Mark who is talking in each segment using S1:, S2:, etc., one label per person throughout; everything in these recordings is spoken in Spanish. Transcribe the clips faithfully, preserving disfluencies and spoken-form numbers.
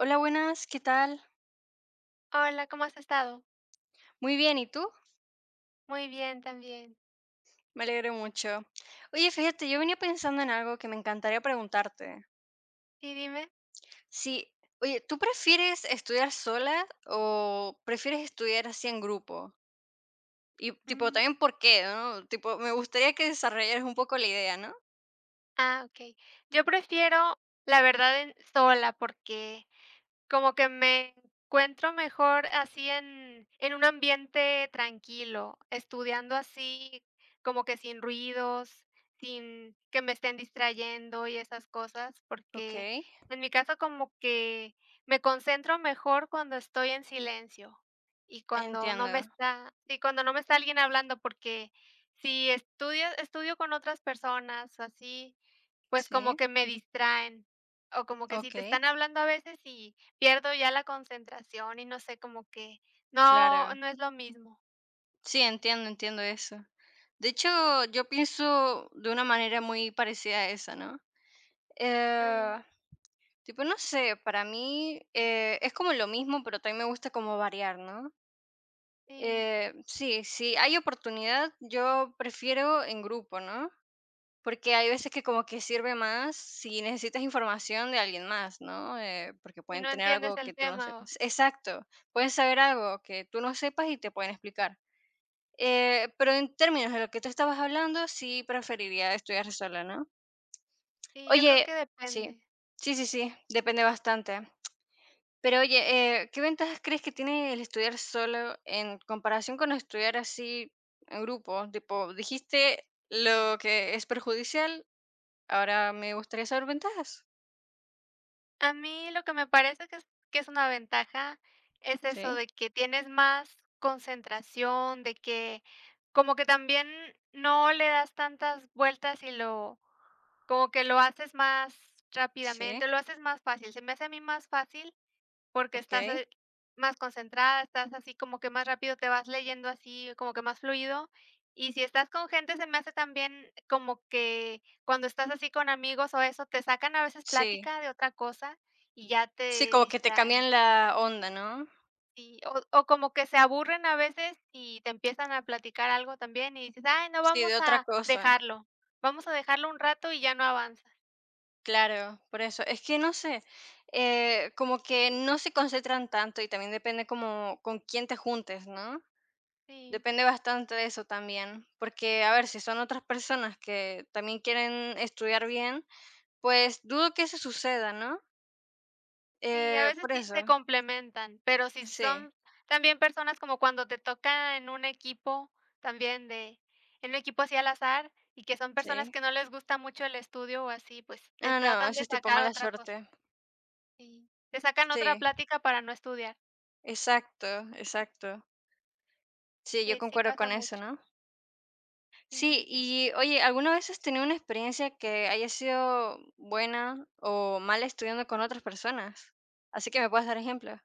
S1: Hola, buenas, ¿qué tal?
S2: Hola, ¿cómo has estado?
S1: Muy bien, ¿y tú?
S2: Muy bien también.
S1: Me alegro mucho. Oye, fíjate, yo venía pensando en algo que me encantaría preguntarte.
S2: Sí, dime.
S1: Sí, oye, ¿tú prefieres estudiar sola o prefieres estudiar así en grupo? Y tipo,
S2: Mm,
S1: también por qué, ¿no? Tipo, me gustaría que desarrollaras un poco la idea, ¿no?
S2: ah, okey. Yo prefiero, la verdad, en sola, porque como que me encuentro mejor así en en un ambiente tranquilo, estudiando así, como que sin ruidos, sin que me estén distrayendo y esas cosas,
S1: Ok,
S2: porque en mi caso como que me concentro mejor cuando estoy en silencio y cuando no me
S1: entiendo.
S2: está sí, cuando no me está alguien hablando, porque si estudio estudio con otras personas o así, pues como
S1: Sí,
S2: que me distraen, o como que si
S1: ok,
S2: te están hablando a veces y pierdo ya la concentración y no sé, como que no
S1: claro.
S2: no es lo mismo.
S1: Sí, entiendo, entiendo eso. De hecho, yo pienso de una manera muy parecida a esa, ¿no?
S2: Ah,
S1: Eh, Tipo, no sé, para mí eh, es como lo mismo, pero también me gusta como variar, ¿no?
S2: sí,
S1: Eh, sí, sí, hay oportunidad, yo prefiero en grupo, ¿no? Porque hay veces que como que sirve más si necesitas información de alguien más, ¿no? Eh, porque
S2: y
S1: pueden
S2: no
S1: tener
S2: entiendes
S1: algo
S2: el
S1: que tú no
S2: tema. O
S1: sepas. Exacto, pueden saber algo que tú no sepas y te pueden explicar. Eh, pero en términos de lo que tú estabas hablando, sí preferiría estudiar sola, ¿no?
S2: sí, yo creo
S1: Oye,
S2: que
S1: sí,
S2: depende.
S1: sí, sí, sí, depende bastante. Pero oye, eh, ¿qué ventajas crees que tiene el estudiar solo en comparación con estudiar así en grupo? Tipo, dijiste lo que es perjudicial, ahora me gustaría saber ventajas.
S2: A mí lo que me parece que es que es una ventaja es eso de
S1: Sí,
S2: que tienes más concentración, de que como que también no le das tantas vueltas y lo como que lo haces más
S1: sí,
S2: rápidamente, lo haces más fácil. Se me hace a mí más fácil porque
S1: ok,
S2: estás, eh, más concentrada, estás así como que más rápido te vas leyendo así, como que más fluido. Y si estás con gente, se me hace también como que cuando estás así con amigos o eso, te sacan a veces
S1: sí.
S2: plática de otra cosa y ya
S1: Sí,
S2: te
S1: como que te
S2: distraen.
S1: cambian la onda, ¿no?
S2: Sí, o o como que se aburren a veces y te empiezan a platicar algo también y dices: "Ay, no,
S1: Sí,
S2: vamos
S1: de otra
S2: a
S1: cosa,
S2: dejarlo, vamos a dejarlo un rato", y ya no avanza.
S1: claro, por eso. Es que no sé, eh, como que no se concentran tanto y también depende como con quién te juntes, ¿no?
S2: Sí.
S1: Depende bastante de eso también, porque a ver, si son otras personas que también quieren estudiar bien, pues dudo que eso suceda, ¿no?
S2: Sí, a
S1: Eh,
S2: veces
S1: por
S2: sí
S1: eso,
S2: se complementan, pero si
S1: sí,
S2: son también personas como cuando te toca en un equipo también de en un equipo así al azar y que son personas
S1: sí.
S2: que no les gusta mucho el estudio o así, pues te
S1: No, no,
S2: tratan
S1: eso
S2: de
S1: es tipo
S2: sacar
S1: mala
S2: otra cosa.
S1: suerte.
S2: Sí, te sacan otra
S1: Sí,
S2: plática para no estudiar,
S1: exacto, exacto. Sí, yo
S2: y sí
S1: concuerdo
S2: pasa
S1: con eso,
S2: mucho.
S1: ¿no? Sí,
S2: Sí, y
S1: y oye, ¿alguna vez has tenido una experiencia que haya sido buena o mala estudiando con otras personas? Así que me puedes dar ejemplo.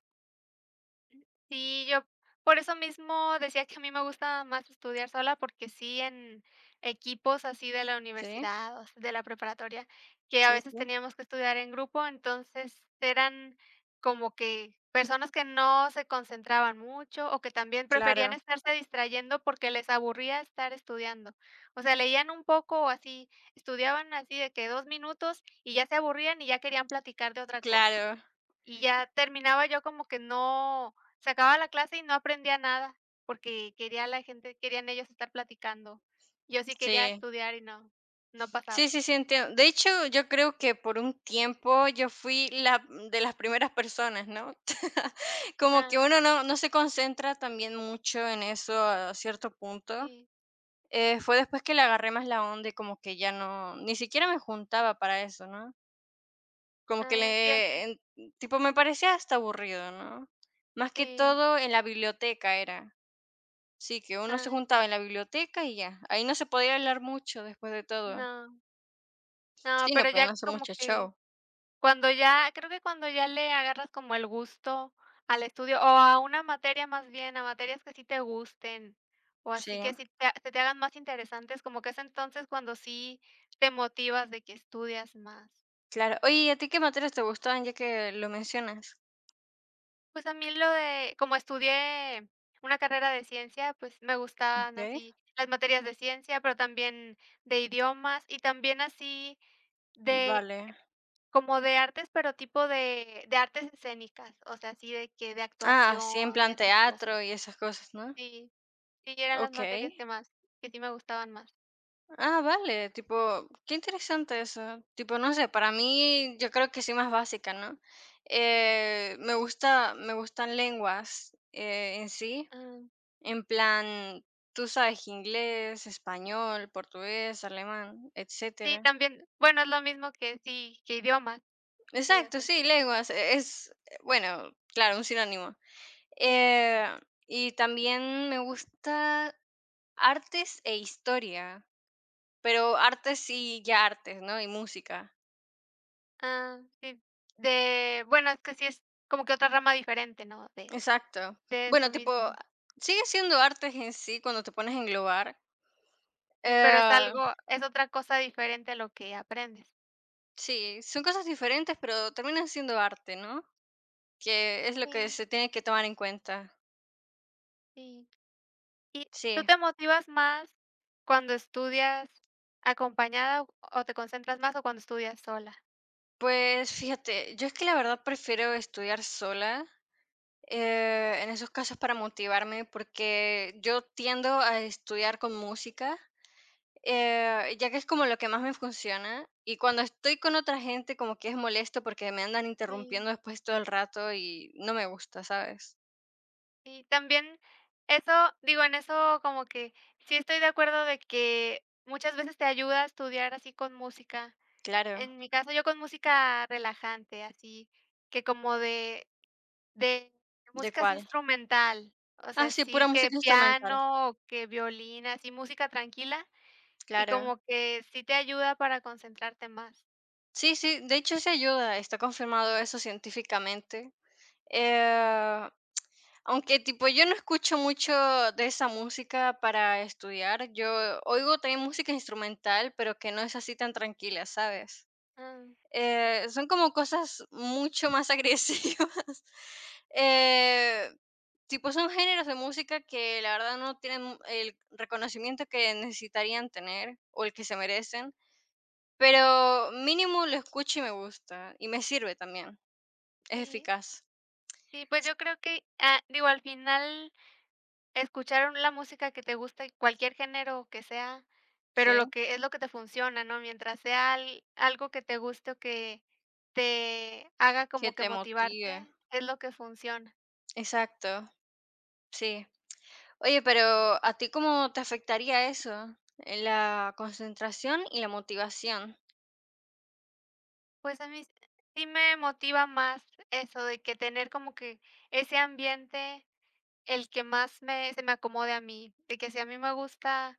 S2: sí, yo por eso mismo decía que a mí me gusta más estudiar sola, porque sí, en equipos así de la
S1: Sí,
S2: universidad, o s- de la preparatoria, que a
S1: sí,
S2: veces
S1: sí.
S2: teníamos que estudiar en grupo, entonces eran como que personas que no se concentraban mucho o que también preferían
S1: Claro,
S2: estarse distrayendo porque les aburría estar estudiando. O sea, leían un poco o así, estudiaban así de que dos minutos y ya se aburrían y ya querían platicar de otra cosa.
S1: claro.
S2: Y ya terminaba yo como que no se acababa la clase y no aprendía nada, porque quería la gente querían ellos estar platicando. Yo sí quería
S1: Sí.
S2: estudiar y no, no
S1: Sí,
S2: pasaba.
S1: sí, sí, entiendo. De hecho, yo creo que por un tiempo yo fui la mm, de las primeras personas, ¿no? Como que
S2: Ah,
S1: uno no, no se concentra también mucho en eso a cierto punto.
S2: sí,
S1: Eh, fue después que le agarré más la onda y como que ya no, ni siquiera me juntaba para eso, ¿no? Como que
S2: ah, sí,
S1: le,
S2: así,
S1: en- tipo, me parecía hasta aburrido, ¿no? Más que
S2: sí,
S1: todo en la biblioteca era. Sí, que uno se
S2: ah,
S1: juntaba en la biblioteca y ya. Ahí no se podía hablar mucho después de todo.
S2: no, no,
S1: Sí, no
S2: pero
S1: podían
S2: ya
S1: hacer
S2: como
S1: mucho
S2: que
S1: show.
S2: Cuando ya creo que cuando ya le agarras como el gusto al estudio, o a una materia más bien, a materias que sí te gusten, o así
S1: Sí.
S2: que sí te se te hagan más interesantes, como que es entonces cuando sí te motivas de que estudias más.
S1: Claro. Oye, ¿y a ti qué materias te gustaban ya que lo mencionas?
S2: Pues a mí lo de como estudié una carrera de ciencia, pues me gustaban
S1: Okey,
S2: así las materias de ciencia, pero también de idiomas y también así de
S1: vale.
S2: como de artes, pero tipo de de artes escénicas, o sea, así de que de
S1: Ah, sí, en
S2: actuación y
S1: plan
S2: esas cosas.
S1: teatro y esas cosas, ¿no?
S2: Sí, sí, eran las materias
S1: Okey.
S2: que más que sí me gustaban más.
S1: Ah, vale, tipo, qué interesante eso. Tipo, no sé, para mí yo creo que sí más básica, ¿no? Eh, me gusta me gustan lenguas, eh, en sí,
S2: Ah,
S1: en plan, tú sabes, inglés, español, portugués, alemán,
S2: sí,
S1: etcétera.
S2: también, bueno, es lo mismo que sí, que idiomas. Sí, o
S1: Exacto,
S2: sea,
S1: sí,
S2: sí.
S1: lenguas, e es, eh, bueno, claro, un sinónimo.
S2: Sí.
S1: Eh, y también me gusta artes e historia, pero artes y ya artes, ¿no? Y música.
S2: Ah, sí. De bueno, es que sí es como que otra rama diferente, ¿no? De
S1: Exacto.
S2: de eso
S1: Bueno, tipo,
S2: mismo.
S1: sigue siendo artes en sí cuando te pones a englobar.
S2: Sí, pero es
S1: Eh,
S2: algo es otra cosa diferente a lo que aprendes.
S1: sí, son cosas diferentes, pero terminan siendo arte, ¿no? Que es lo que
S2: Sí,
S1: se tiene que tomar en cuenta.
S2: sí. ¿Y tú
S1: Sí.
S2: te motivas más cuando estudias acompañada o o te concentras más o cuando estudias sola?
S1: Pues fíjate, yo es que la verdad prefiero estudiar sola eh, en esos casos para motivarme, porque yo tiendo a estudiar con música, eh, ya que es como lo que más me funciona. Y cuando estoy con otra gente, como que es molesto porque me andan
S2: Sí.
S1: interrumpiendo después todo el rato y no me gusta, ¿sabes?
S2: Y también eso, digo, en eso como que sí estoy de acuerdo de que muchas veces te ayuda a estudiar así con música.
S1: Claro.
S2: En mi caso, yo con música relajante, así que como de de
S1: ¿De
S2: música así
S1: cuál?
S2: instrumental, o
S1: Ah,
S2: sea,
S1: sí, pura
S2: sí que
S1: música instrumental.
S2: piano o que violín, así música tranquila y
S1: Claro.
S2: como que sí te ayuda para concentrarte más.
S1: Sí, sí, de hecho se ayuda, está confirmado eso científicamente. Eh, Aunque tipo yo no escucho mucho de esa música para estudiar, yo oigo también música instrumental, pero que no es así tan tranquila, ¿sabes?
S2: Ah,
S1: Eh, son como cosas mucho más agresivas. Eh, Tipo son géneros de música que la verdad no tienen el reconocimiento que necesitarían tener o el que se merecen, pero mínimo lo escucho y me gusta y me sirve también. Es
S2: sí.
S1: eficaz,
S2: Sí, pues yo creo que, ah, digo, al final escuchar la música que te gusta, cualquier género que sea, pero lo
S1: ¿sí?
S2: que es lo que te funciona, ¿no? Mientras sea al- algo que te guste o que te haga
S1: Que
S2: como que
S1: te motive.
S2: motivarte, es lo que funciona.
S1: Exacto, sí. Oye, pero ¿a ti cómo te afectaría eso? En la concentración y la motivación.
S2: Pues a mí sí me motiva más eso de que tener como que ese ambiente, el que más me se me acomode a mí, de que si a mí me gusta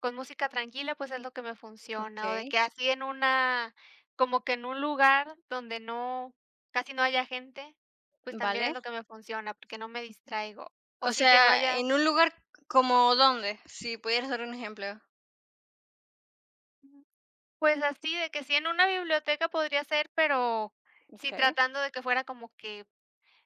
S2: con música tranquila, pues es lo que me funciona, o de
S1: Okey,
S2: que así en una como que en un lugar donde no casi no haya gente, pues también es
S1: vale.
S2: lo que me funciona, porque no me distraigo. O
S1: O
S2: sí que no
S1: sea,
S2: haya,
S1: en un lugar ¿como dónde? Si pudieras dar un ejemplo.
S2: pues así, de que sí en una biblioteca podría ser, pero sí
S1: Okey.
S2: tratando de que fuera como que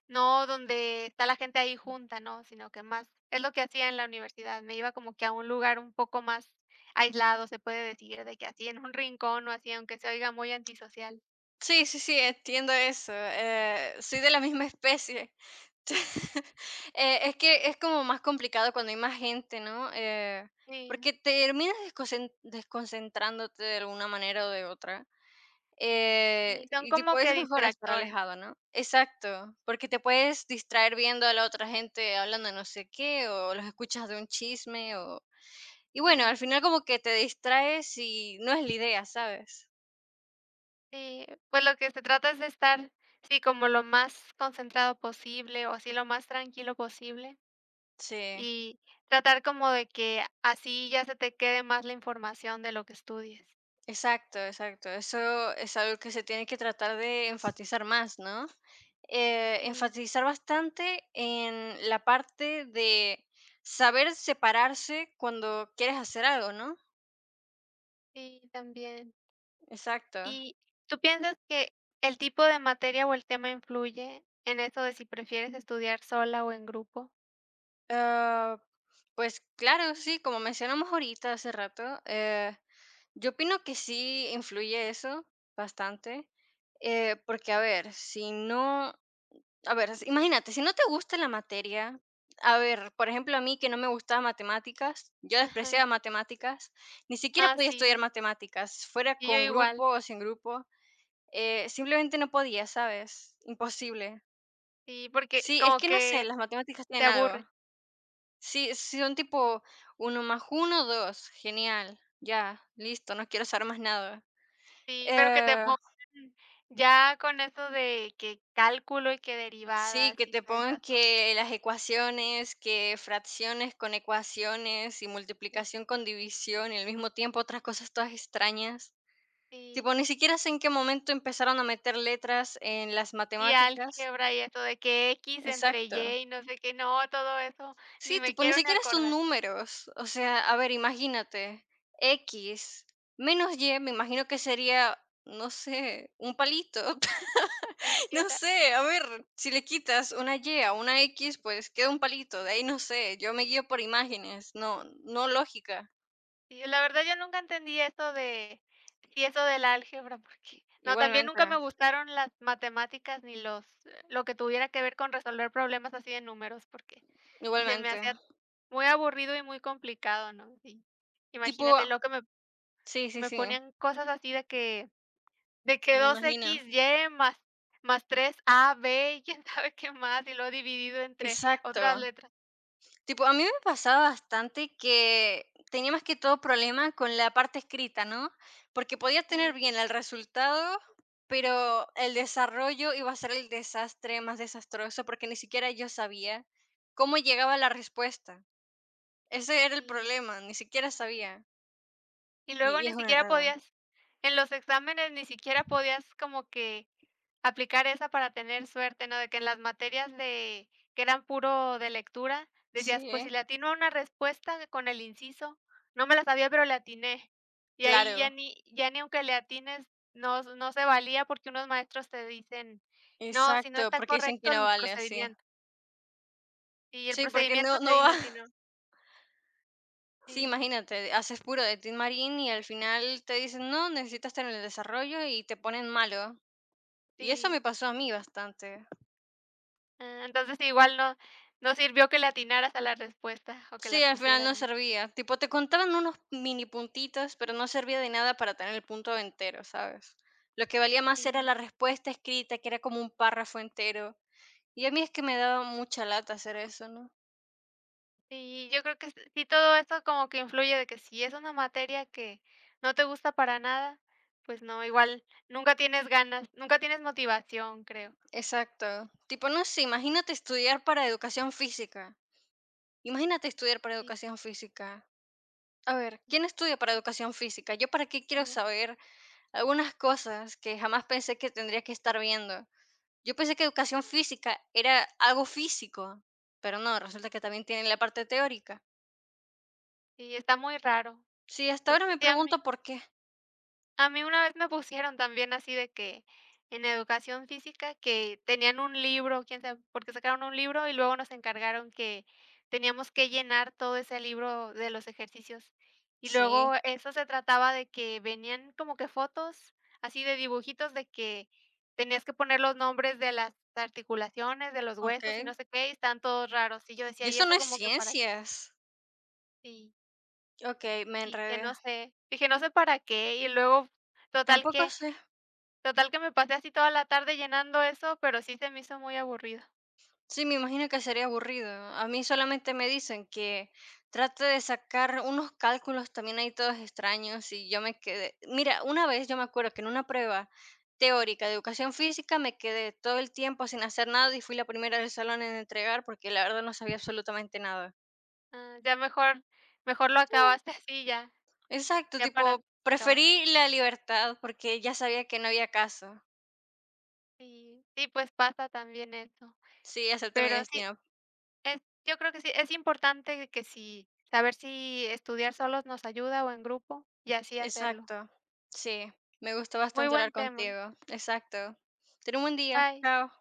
S2: no, donde está la gente ahí junta, no, sino que más es lo que hacía en la universidad, me iba como que a un lugar un poco más aislado, se puede decir, de que así en un rincón o así, aunque se oiga muy antisocial.
S1: Sí, sí, sí, entiendo eso, eh, soy de la misma especie. Eh, es que es como más complicado cuando hay más gente, ¿no? Eh,
S2: Sí,
S1: porque te terminas desconcen desconcentrándote de alguna manera o de otra. Eh,
S2: y son
S1: y
S2: como
S1: tipo,
S2: que
S1: es mejor estar
S2: distractores.
S1: alejado, ¿no? Exacto, porque te puedes distraer viendo a la otra gente hablando de no sé qué, o los escuchas de un chisme, o... Y bueno, al
S2: Sí,
S1: final como que te distraes y no es la idea, ¿sabes?
S2: sí, pues lo que se trata es de estar, sí, como lo más concentrado posible o así lo más tranquilo posible
S1: Sí,
S2: y tratar como de que así ya se te quede más la información de lo que estudies.
S1: exacto, exacto. Eso es algo que se tiene que tratar de enfatizar más, ¿no? Eh,
S2: Sí,
S1: enfatizar bastante en la parte de saber separarse cuando quieres hacer algo, ¿no?
S2: sí, también.
S1: Exacto.
S2: ¿Y tú piensas que el tipo de materia o el tema influye en eso de si prefieres estudiar sola o en grupo?
S1: Ah, pues claro, sí, como mencionamos ahorita hace rato, eh, yo opino que sí influye eso bastante, eh, porque a ver, si no, a ver, s- imagínate, si no te gusta la materia, a ver, por ejemplo, a mí que no me gustaba matemáticas, yo
S2: Ajá.
S1: despreciaba matemáticas, ni siquiera
S2: Ah,
S1: podía estudiar
S2: sí,
S1: matemáticas, fuera
S2: y yo
S1: con
S2: igual.
S1: grupo o sin grupo, eh, simplemente no podía, ¿sabes? Imposible.
S2: Sí, porque
S1: Sí, es
S2: como
S1: que no sé,
S2: que
S1: las matemáticas
S2: te
S1: tienen algo.
S2: aburre.
S1: Sí, sí, son tipo uno más uno dos, Genial, ya, listo, no quiero saber más nada.
S2: Sí, pero que te
S1: Eh,
S2: pongan ya con eso de que cálculo y que
S1: sí,
S2: derivadas
S1: que
S2: y
S1: te
S2: que
S1: pongan
S2: esas cosas.
S1: que las ecuaciones, que fracciones con ecuaciones y multiplicación con división, y al mismo tiempo otras cosas todas extrañas. Tipo,
S2: Sí,
S1: ni siquiera sé en qué momento empezaron a meter letras en las
S2: y
S1: matemáticas.
S2: álgebra y eso de que X entre Y
S1: Exacto.
S2: y no sé qué, no, todo eso ni
S1: Sí,
S2: me
S1: tipo, ni
S2: quiero ni
S1: siquiera son
S2: acordar.
S1: números. O sea, a ver, imagínate, X menos Y, me imagino que sería, no sé, un palito.
S2: Sí, o
S1: No
S2: sea.
S1: sé, a ver, si le quitas una Y a una X, pues queda un palito. De ahí no sé, yo me guío por imágenes, no, no lógica.
S2: Y la verdad yo nunca entendí eso de sí, eso del álgebra, porque no, también
S1: Igualmente,
S2: nunca me gustaron las matemáticas ni los eh, lo que tuviera que ver con resolver problemas así de números, porque sí se me
S1: igualmente.
S2: hacía muy aburrido y muy complicado, ¿no? Sí.
S1: Tipo,
S2: Imagínate, lo que me
S1: sí, sí,
S2: me
S1: sí,
S2: ponían cosas así de que de que
S1: me
S2: dos
S1: imagino.
S2: x y más más tres a b y quién sabe qué más, y luego dividido entre
S1: Exacto.
S2: otras letras.
S1: Tipo, a mí me pasaba bastante que tenía más que todo problema con la parte escrita, ¿no? Porque podía tener
S2: Sí,
S1: bien el resultado, pero el desarrollo iba a ser el desastre más desastroso porque ni siquiera yo sabía cómo llegaba la respuesta. Ese era el
S2: sí.
S1: problema, ni siquiera sabía.
S2: Y
S1: Y,
S2: luego
S1: y
S2: ni
S1: es un
S2: siquiera
S1: enredo.
S2: podías en los exámenes ni siquiera podías como que aplicar esa para tener suerte, ¿no? De que en las materias de que eran puro de lectura, decías,
S1: Sí,
S2: pues si
S1: ¿eh?
S2: le atino a una respuesta con el inciso, no me la sabía, pero le atiné. Y ahí ya
S1: Claro.
S2: ni ya ni aunque le atines, no no se valía porque unos maestros te dicen: "No, si no
S1: Exacto,
S2: está
S1: porque dicen que
S2: correcto
S1: no
S2: el
S1: vale así.
S2: procedimiento". Y el
S1: Sí, porque
S2: procedimiento
S1: no,
S2: te
S1: no va.
S2: dicen si no.
S1: Sí,
S2: Sí,
S1: imagínate, haces puro de Tin Marín y al final te dicen, no, necesitas estar en el desarrollo y te ponen malo. Y eso me
S2: sí.
S1: pasó a mí bastante.
S2: Ah, entonces igual no no sirvió que le atinaras a la respuesta o que la
S1: Sí, al final
S2: pusieras
S1: no
S2: bien.
S1: servía. Tipo, te contaban unos mini puntitos, pero no servía de nada para tener el punto entero, ¿sabes? Lo que valía más era
S2: Sí,
S1: la respuesta escrita, que era como un párrafo entero. Y a mí es que me daba mucha lata hacer eso, ¿no?
S2: sí, yo creo que s sí todo eso como que influye de que si es una materia que no te gusta para nada, pues no, igual nunca tienes ganas, nunca tienes motivación, creo.
S1: Exacto. Tipo, no sé, imagínate estudiar para educación física. Imagínate estudiar para
S2: Sí,
S1: educación física. A ver, ¿quién estudia para educación física? ¿Yo para
S2: sí,
S1: qué
S2: está
S1: quiero
S2: muy
S1: saber algunas cosas que jamás pensé que tendría que estar viendo? Yo pensé que educación física era algo físico, pero no, resulta que también tienen la parte teórica.
S2: sí, está muy raro,
S1: Sí, hasta ahora
S2: porque
S1: me
S2: sí, a mí
S1: pregunto por qué.
S2: a mí una vez me pusieron también así de que en educación física que tenían un libro, quién sabe porque sacaron un libro, y luego nos encargaron que teníamos que llenar todo ese libro de los ejercicios. Y luego
S1: Sí,
S2: eso se trataba de que venían como que fotos así de dibujitos de que tenías que poner los nombres de las articulaciones, de los huesos y no
S1: ok.
S2: sé qué, y están todos raros. Y yo decía,
S1: Y
S2: ¿y
S1: eso no
S2: eso
S1: es
S2: como que para qué?
S1: ciencias.
S2: Y
S1: Ok, me
S2: dije,
S1: enredé.
S2: no sé, dije, no sé para qué. Y luego, total
S1: Tampoco
S2: que
S1: sé.
S2: total que me pasé así toda la tarde llenando eso, pero sí se me hizo muy aburrido.
S1: Sí, me imagino que sería aburrido. A mí solamente me dicen que trate de sacar unos cálculos también ahí todos extraños y yo me quedé. Mira, una vez yo me acuerdo que en una prueba teórica de educación física me quedé todo el tiempo sin hacer nada y fui la primera del salón en entregar porque la verdad no sabía absolutamente nada.
S2: Ah, ya mejor mejor lo acabaste así ya,
S1: Exacto,
S2: ya
S1: tipo,
S2: para acabar.
S1: preferí la libertad porque ya sabía que no había caso.
S2: Sí, sí, pues pasa también eso.
S1: Sí, acepté mi
S2: Pero sí,
S1: destino.
S2: es yo creo que sí, es importante que si saber si estudiar solos nos ayuda o en grupo y así hacerlo.
S1: Exacto. Sí, me gustó
S2: Muy
S1: bastante
S2: buen
S1: hablar
S2: tema.
S1: contigo. Exacto. Ten un buen día.
S2: Bye.
S1: Chao.